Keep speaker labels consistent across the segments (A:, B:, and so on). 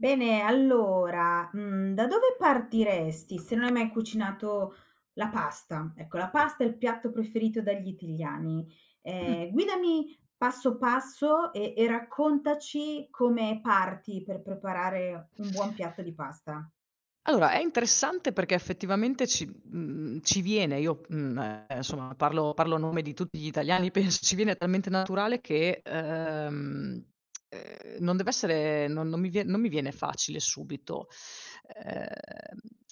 A: Bene, allora, da dove partiresti se non hai mai cucinato la pasta? Ecco, la pasta è il piatto preferito dagli italiani.
B: Mh.
A: Guidami passo passo e raccontaci come parti per preparare un buon piatto di pasta.
B: Allora, è interessante perché effettivamente ci viene insomma parlo a nome di tutti gli italiani penso, ci viene talmente naturale che non dev'essere non non mi vie non mi viene facile subito, ehm,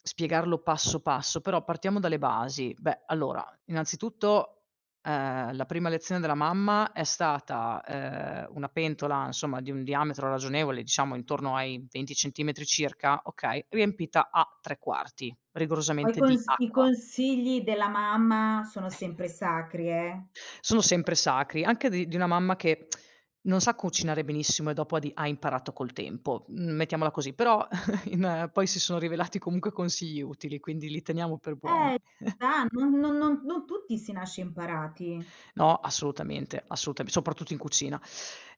B: spiegarlo passo passo, però partiamo dalle basi. Beh, allora, innanzitutto la prima lezione della mamma è stata, una pentola, insomma, di un diametro ragionevole, diciamo intorno ai 20 centimetri circa, okay, riempita a 3 quarti,
A: Poi
B: rigorosamente di
A: cons i
B: acqua.
A: consigli della mamma sono sempre sacri, eh.
B: Sono sempre sacri, anche di una mamma che non sa cucinare benissimo e dopo ha imparato col tempo, mettiamola così, però in poi si sono rivelati comunque consigli utili, quindi li teniamo per buoni.
A: Ah, non tutti si nasce imparati.
B: No, assolutamente, assolutamen soprattutto in cucina.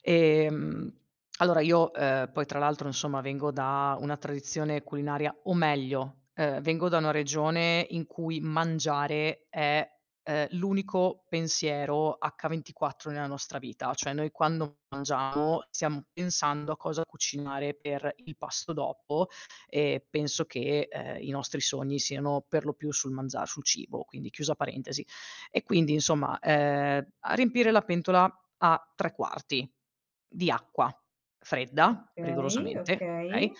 B: Ehm, allora io, poi tra l'altro insomma vengo da una tradizione culinaria o meglio, vengo da una regione in cui mangiare è l'unico pensiero H24 nella nostra vita. Cioè noi quando mangiamo stiamo pensando a cosa cucinare per il pasto dopo e penso che i nostri sogni siano per lo più sul cibo, quindi chiusa parentesi. E quindi insomma, a riempire la pentola a 3 quarti di acqua fredda,
A: Okay,
B: rigorosamente, okay,
A: okay.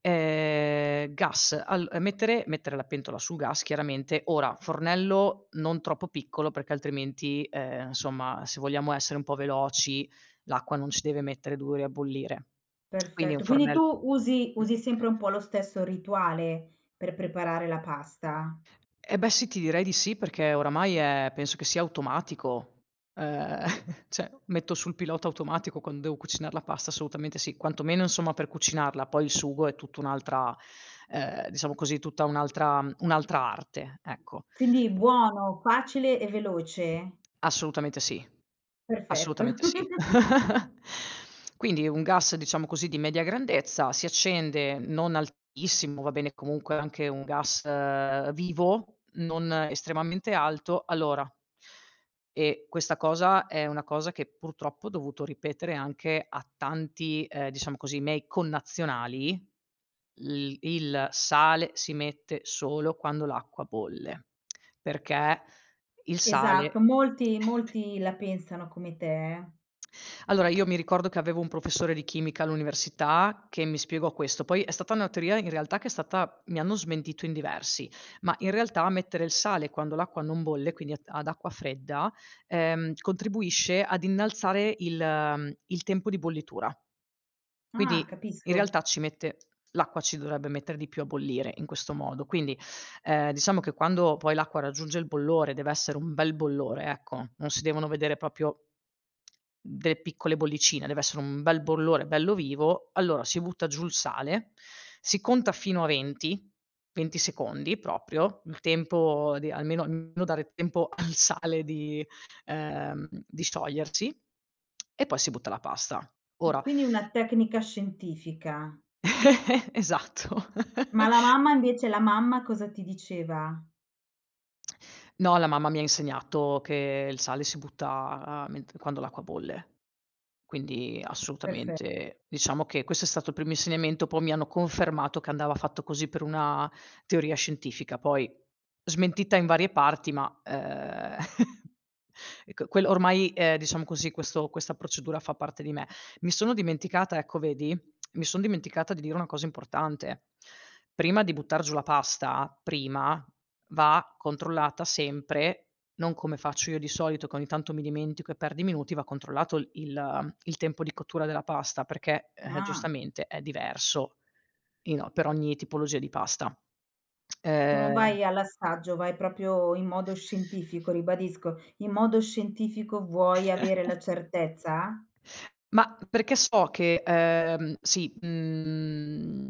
B: gas al mettere la pentola sul gas chiaramente. Ora, fornello non troppo piccolo perché altrimenti, insomma, se vogliamo essere un po' veloci, l'acqua non ci deve mettere 2 ore a bollire. Quindi un
A: Perfetto. Quindi
B: fornello
A: tu usi
B: mh.
A: usi sempre un po' lo stesso rituale per preparare la pasta.
B: Eh beh sì, ti direi di sì, perché oramai è penso che sia automatico. Ehm, cioè metto sul pilota automatico quando devo cucinar la pasta, assolutamente sì. Quantomeno insomma per cucinarla, poi il sugo è tutta un'altra diciamo così, tutta un'altra arte, ecco.
A: Quindi buono, facile e veloce.
B: Assolutamente sì.
A: Perfetto.
B: Assolutamente sì. Quindi un gas, diciamo così, di media grandezza, si accende non altissimo, va bene comunque anche un gas vivo, non estremamente alto. Allora, e questa cosa è una cosa che purtroppo ho dovuto ripetere anche a tanti, diciamo così, miei connazionali. L Il sale si mette solo quando l'acqua bolle, perché il
A: Esatto,
B: sale.
A: molti molti la pensano come te, eh.
B: Allora io mi ricordo che avevo un professore di chimica all'università che mi spiegò questo, poi è stata una teoria in realtà che è stata mi hanno smentito in diversi, ma in realtà mettere il sale quando l'acqua non bolle, quindi ad acqua fredda, contribuisce ad innalzare il tempo di bollitura.
A: Ah,
B: Quindi in
A: capisco.
B: realtà ci mette l'acqua ci dovrebbe mettere di più a bollire in questo modo, quindi diciamo che quando poi l'acqua raggiunge il bollore, deve essere un bel bollore, ecco, non si devono vedere proprio delle piccole bollicine, deve essere un bel bollore bello vivo, allora si butta giù il sale, si conta fino a 20, 20 secondi proprio, il tempo di almeno dare tempo al sale di sciogliersi, e poi si butta la pasta.
A: Ma
B: Ora
A: quindi una tecnica scientifica.
B: esatto.
A: Ma la mamma invece la mamma cosa ti diceva?
B: No, la mamma mi ha insegnato che il sale si butta ment quando l'acqua bolle. Quindi
A: Perfe
B: assolutamente diciamo che questo è stato il primo insegnamento, poi mi hanno confermato che andava fatto così per una teoria scientifica, poi smentita in varie parti, ecco, quello ormai, diciamo così, questo questa procedura fa parte di me. Mi sono dimenticata, ecco vedi mi son dimenticata di dire una cosa importante: prima di buttar giù la pasta, prima, va controllata sempre non come faccio io di solito che ogni tanto mi dimentico e perdi minuti, va controllato il tempo di cottura della pasta perché,
A: ah,
B: giustamente è diverso in o per ogni tipologia di pasta.
A: tu non
B: Ehm
A: vai all'assaggio, vai proprio in modo scientifico, ribadisco. In modo scientifico vuoi avere la certezza?
B: Ma perché so che, sì, mhmm,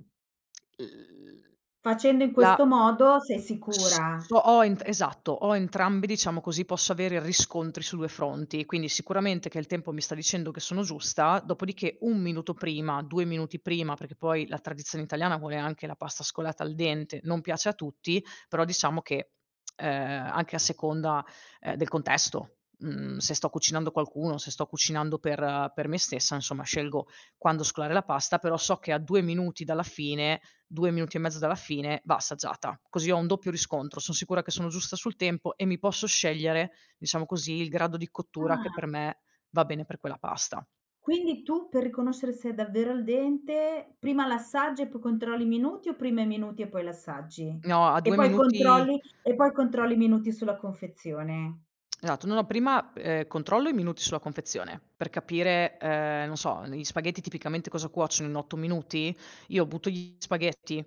B: l
A: Facendo in
B: la
A: questo modo sei
B: S
A: sicura.
B: so ho ent esatto, ho entrambi, diciamo così, posso avere riscontri su 2 fronti, quindi sicuramente che il tempo mi sta dicendo che sono giusta, dopodiché 1 minuto prima, 2 minuti prima, perché poi la tradizione italiana vuole anche la pasta scolata al dente, non piace a tutti, però diciamo che, anche a seconda, del contesto. Se sto cucinando qualcuno, se sto cucinando per me stessa, insomma scelgo quando scolare la pasta, però so che a 2 minuti dalla fine, 2 minuti e mezzo dalla fine va assaggiata. Così ho un doppio riscontro, son sicura che sono giusta sul tempo e mi posso scegliere, diciamo così, il grado di cottura che
A: Ah.
B: per me va bene per quella pasta.
A: Quindi tu per riconoscere se è davvero al dente, prima l'assaggi e poi controlli i minuti o prima i minuti e poi l'assaggi?
B: No, a
A: E
B: 2
A: poi
B: minuti.
A: controlli e poi controlli i minuti sulla confezione.
B: Esatto, no, no, prima, controllo i minuti sulla confezione, per capire, non so, gli spaghetti tipicamente cosa cuociono in 8 minuti, io butto gli spaghetti,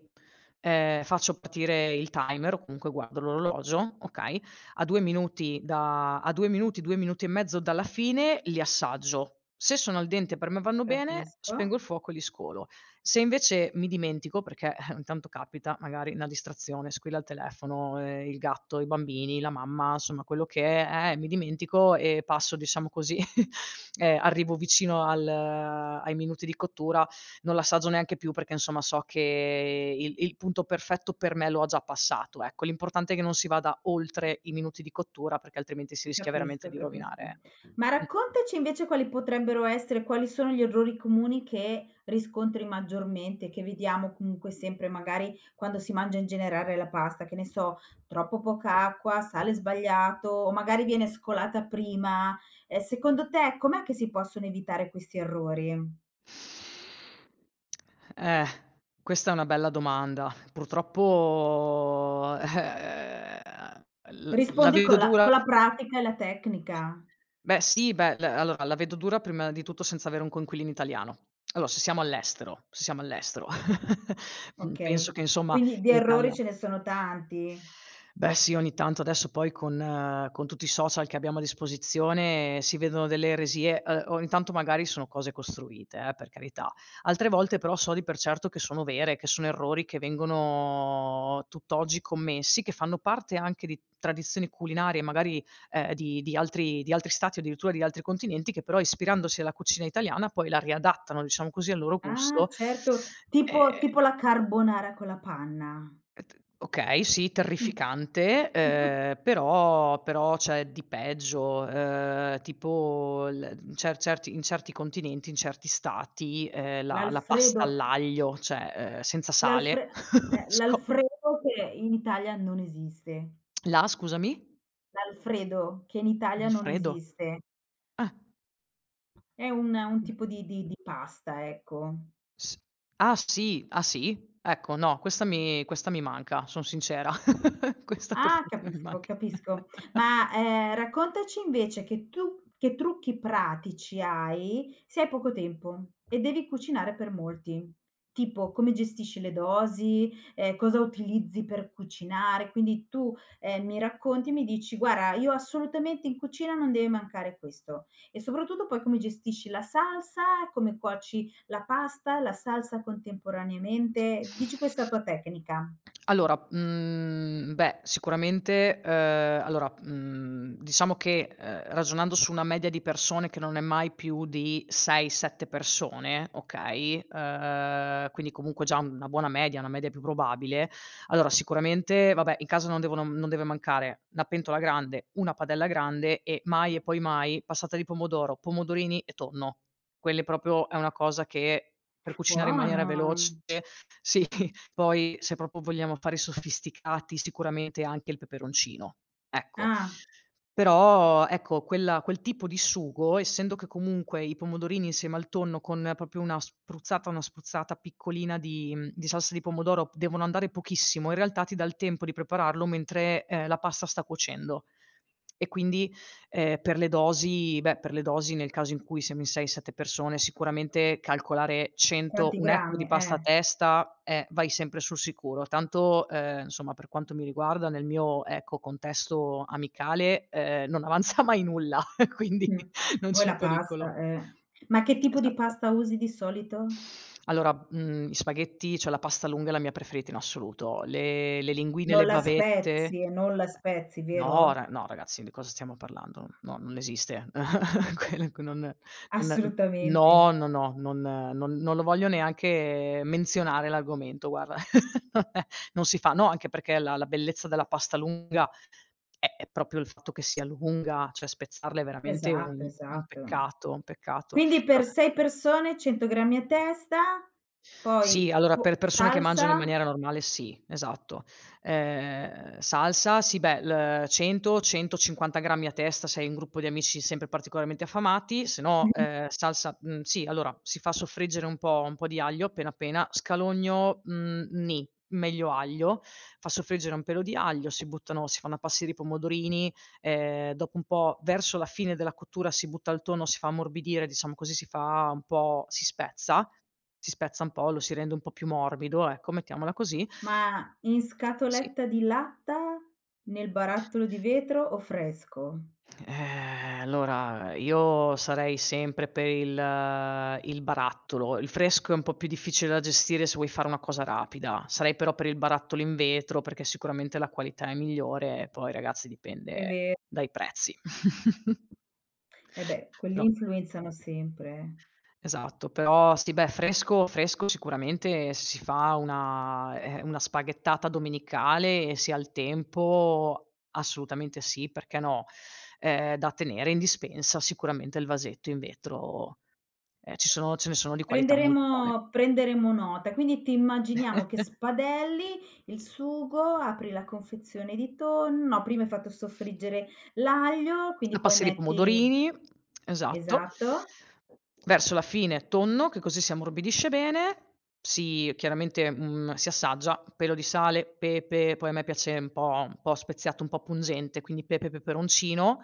B: faccio partire il timer, o comunque guardo l'orologio, okay, a 2 minuti, 2 minuti e mezzo dalla fine, li assaggio. Se sono al dente e per me vanno bene,
A: Capisco.
B: spengo il fuoco e li scolo. Se invece mi dimentico, perché ogni tanto capita, magari una distrazione, squilla il telefono, il gatto, i bambini, la mamma, insomma quello che è, mi dimentico e passo diciamo così, arrivo vicino al ai minuti di cottura, non l'assaggio neanche più perché insomma so che il punto perfetto per me lo ha già passato, ecco. L'importante è che non si vada oltre i minuti di cottura perché altrimenti si rischia veramente
A: Capisco,
B: di
A: capisco.
B: rovinare.
A: Ma raccontaci invece quali potrebbero essere quali sono gli errori comuni che riscontri maggiormente, che vediamo comunque sempre magari quando si mangia in generale la pasta, che ne so, troppo poca acqua, sale sbagliato o magari viene scolata prima. Secondo te com'è che si possono evitare questi errori?
B: Eh, questa è una bella domanda. Purtroppo, l la
A: Rispondi
B: vedo
A: con la
B: dura
A: con la pratica e la tecnica.
B: beh sì, beh, l allora la vedo dura prima di tutto senza avere un coinquilino italiano. Allora se siamo all'estero, mhmm, penso
A: Okay.
B: che insomma
A: Quindi di
B: in
A: errori
B: Italia.
A: ce ne sono tanti?
B: Beh sì, ogni tanto adesso poi con tutti i social che abbiamo a disposizione si vedono delle eresie, ogni tanto magari sono cose costruite per carità. Altre volte però so di per certo che sono vere, che sono errori che vengono tutt'oggi commessi, che fanno parte anche di tradizioni culinarie magari, di di altri stati o addirittura di altri continenti, che però ispirandosi alla cucina italiana poi la riadattano, diciamo così, al loro
A: Ah,
B: gusto.
A: certo, tipo
B: Ehm
A: tipo la carbonara con la panna.
B: e t okay, sì,
A: Mh.
B: terrificante, però c'è di peggio, tipo l mhmm, cer certi in certi continenti, in certi stati, la pasta
A: L'alfredo
B: all'aglio, cioè, senza sale.
A: l'alfre eh,
B: Sco
A: l'alfredo che in Italia non esiste.
B: la scusami?
A: L'alfredo che in Italia
B: Il
A: non
B: freddo?
A: esiste.
B: Ah,
A: È un
B: mh,
A: tipo di pasta, ecco.
B: s ah sì, ah sì? Ecco no, questa mi manca, son sincera, questa per
A: Ah,
B: fortuna mi
A: capisco,
B: manca.
A: capisco. Ma, raccontaci invece che tu che trucchi pratici hai se hai poco tempo e devi cucinare per molti. Tipo come gestisci le dosi, cosa utilizzi per cucinare. Quindi tu, mi racconti, mi dici: "Guarda, io assolutamente in cucina non deve mancare questo." E soprattutto poi come gestisci la salsa, come cuoci la pasta, la salsa contemporaneamente. Dici questa tua tecnica.
B: Allora, beh, sicuramente, allora, diciamo che, ragionando su una media di persone che non è mai più di 6, 7 persone, okay, quindi comunque già una buona media, una media più probabile. Allora sicuramente, vabbè, in casa non deve mancare una pentola grande, una padella grande e mai e poi mai passata di pomodoro, pomodorini e tonno. Quelle proprio è una cosa che per cucinare in maniera veloce
A: Buono.
B: sì. Poi se proprio vogliamo fare sofisticati, sicuramente anche il peperoncino, ecco.
A: Ah.
B: Però ecco, quel tipo di sugo, essendo che comunque i pomodorini insieme al tonno con proprio una spruzzata piccolina di salsa di pomodoro devono andare pochissimo, in realtà ti dà il tempo di prepararlo mentre, la pasta sta cuocendo. E quindi per le dosi beh, per le dosi nel caso in cui siamo in 6, 7 persone, sicuramente calcolare 100
A: Quanti
B: 1 etto di
A: grammi,
B: pasta a
A: eh.
B: testa, vai sempre sul sicuro. Tanto, insomma, per quanto mi riguarda, nel mio, ecco, contesto amicale, non avanza mai nulla, quindi
A: Mh.
B: non
A: Poi
B: c'è
A: la
B: pericolo.
A: pasta, eh. Ma che tipo di
B: Esatto.
A: pasta usi di solito?
B: Allora, gli spaghetti cioè la pasta lunga è la mia preferita in assoluto. Le linguine,
A: Non
B: le
A: la
B: bavette.
A: spezzi, non la spezzi, vero?
B: No ragazzi, di cosa stiamo parlando? No, non esiste. Quello che non non
A: Assolutamente.
B: no, no, no, non non non lo voglio neanche menzionare l'argomento, guarda. Non si fa. No, anche perché la bellezza della pasta lunga è proprio il fatto che sia lunga, cioè spezzarla è veramente
A: Esatto,
B: un
A: esatto.
B: peccato, un peccato.
A: Quindi per 6 persone 100 grammi a testa,
B: Sì,
A: poi
B: allora per
A: po
B: persone che mangiano in
A: salsa,
B: maniera normale sì, esatto. Salsa, sì beh, l 100, 150 grammi a testa se hai un gruppo di amici sempre particolarmente affamati, se no, sì, allora si fa soffriggere un po' di aglio appena appena, meglio aglio, fa soffriggere un pelo di aglio, si fanno appassire i pomodorini. Dopo un po', verso la fine della cottura si butta il tonno, si fa ammorbidire, diciamo così, si fa un po' si spezza un po', lo si rende un po' più morbido, ecco, mettiamola così.
A: ma in
B: Sì.
A: scatoletta di latta, nel barattolo di vetro o fresco?
B: Allora io sarei sempre per il barattolo. Il fresco è un po' più difficile da gestire se vuoi fare una cosa rapida. Sarei però per il barattolo in vetro, perché sicuramente la qualità è migliore e poi ragazzi
A: È
B: dipende
A: ve
B: dai prezzi.
A: eh beh, quelli
B: Però
A: influenzano sempre, eh.
B: esatto, però sì, beh, fresco sicuramente se si fa una spaghettata domenicale e si ha il tempo, assolutamente sì, perché no, da tenere in dispensa sicuramente il vasetto in vetro, ci sono ce ne sono di qualità molto buone.
A: Prenderemo nota. Quindi ti immaginiamo che spadelli il sugo, apri la confezione di tonno, no, prima hai fatto soffriggere l'aglio,
B: A
A: quindi poi
B: passi di
A: metti
B: pomodorini, esatto.
A: esatto.
B: Verso la fine tonno, che così si ammorbidisce bene, si chiaramente, si assaggia, pelo di sale, pepe, poi a me piace un po' speziato, un po' pungente, quindi pepe, peperoncino.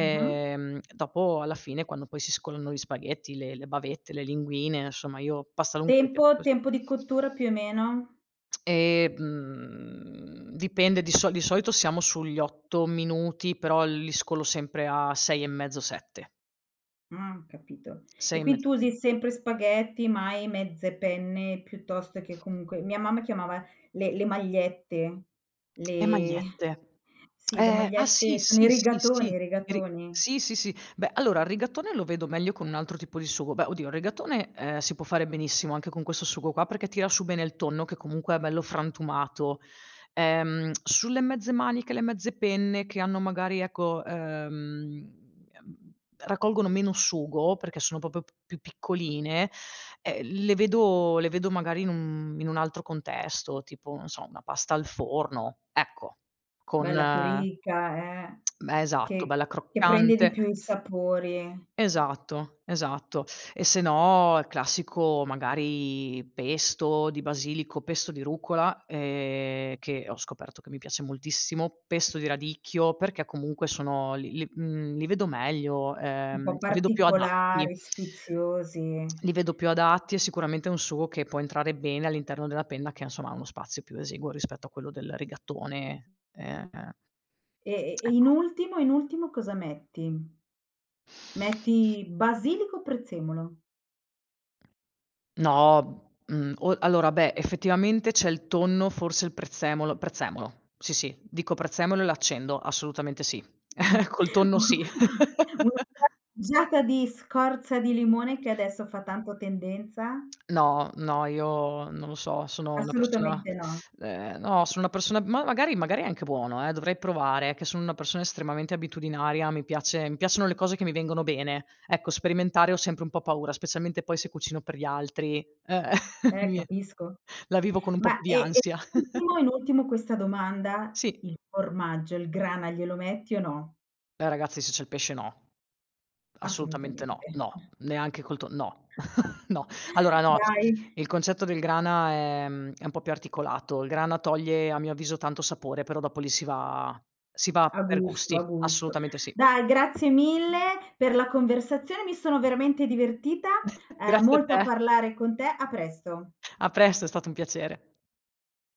A: Mh-mh.
B: Dopo alla fine quando poi si scolano gli spaghetti, le bavette, le linguine, insomma io pasta lungo mi piace
A: Tempo
B: così.
A: tempo di cottura più o meno?
B: Mhmm, dipende, di solito siamo sugli 8 minuti, però li scolo sempre a 6 e mezzo, 7.
A: Capito.
B: 6
A: E
B: e me
A: quindi tu usi sempre spaghetti, mai mezze penne, piuttosto che comunque mia mamma chiamava le magliette,
B: Le
A: le
B: magliette.
A: sì, le
B: Ah sì,
A: magliette sono i
B: sì, sì, sì,
A: rigatoni, i
B: i ri
A: rigatoni.
B: sì, sì, sì. Beh, allora il rigatone lo vedo meglio con un altro tipo di sugo. Beh, oddio il rigatone, si può fare benissimo anche con questo sugo qua, perché tira su bene il tonno che comunque è bello frantumato. Sulle mezze maniche, le mezze penne che hanno magari ecco, ehm, raccolgono meno sugo, perché sono proprio p più piccoline, le vedo magari in un altro contesto, tipo, non so, una pasta al forno, ecco, con
A: Bella più ricca,
B: beh, esatto,
A: che
B: bella
A: che prende di
B: croccante.
A: più i sapori
B: Esatto, esatto. E se no il classico magari pesto di basilico, pesto di rucola, che ho scoperto che mi piace moltissimo, pesto di radicchio, perché comunque sono li vedo meglio,
A: un po'
B: li vedo più adatti.
A: particolari, sfiziosi.
B: Li vedo più adatti e sicuramente è un sugo che può entrare bene all'interno della penna che, insomma, ha uno spazio più esiguo rispetto a quello del rigattone, ehm.
A: E in
B: Ecco.
A: ultimo in ultimo cosa metti? Metti basilico o prezzemolo?
B: No, mhmm, o allora beh, effettivamente c'è il tonno, forse il prezzemolo prezzemolo, sì, sì, dico prezzemolo e l'accendo, assolutamente sì. Col tonno sì.
A: Una ghiacciata di scorza di limone che adesso fa tanto tendenza?
B: No, no, io non lo so, sono una persona
A: Assolutamente no.
B: no, sono una persona ma magari è anche buono, dovrei provare, che sono una persona estremamente abitudinaria, mi piacciono le cose che mi vengono bene. Ecco, sperimentare ho sempre un po' paura, specialmente poi se cucino per gli altri, mi
A: Capisco.
B: la vivo con un po' più
A: Ma
B: di ansia.
A: in ultimo questa domanda:
B: Sì.
A: il formaggio, il grana glielo metti o no?
B: Ragazzi, se c'è il pesce no. Assolutamente
A: Assolutamente.
B: no, no, neanche col to no, no. Allora no,
A: Dai,
B: il concetto del grana è un po' più articolato. Il grana toglie a mio avviso tanto sapore, però dopo lì si va
A: a
B: per
A: gusto,
B: gusti,
A: a gusto.
B: assolutamente sì.
A: Dai, grazie mille per la conversazione, mi sono veramente divertita,
B: Grazie a
A: molto a
B: te.
A: parlare con te. A presto.
B: A presto, è stato un piacere.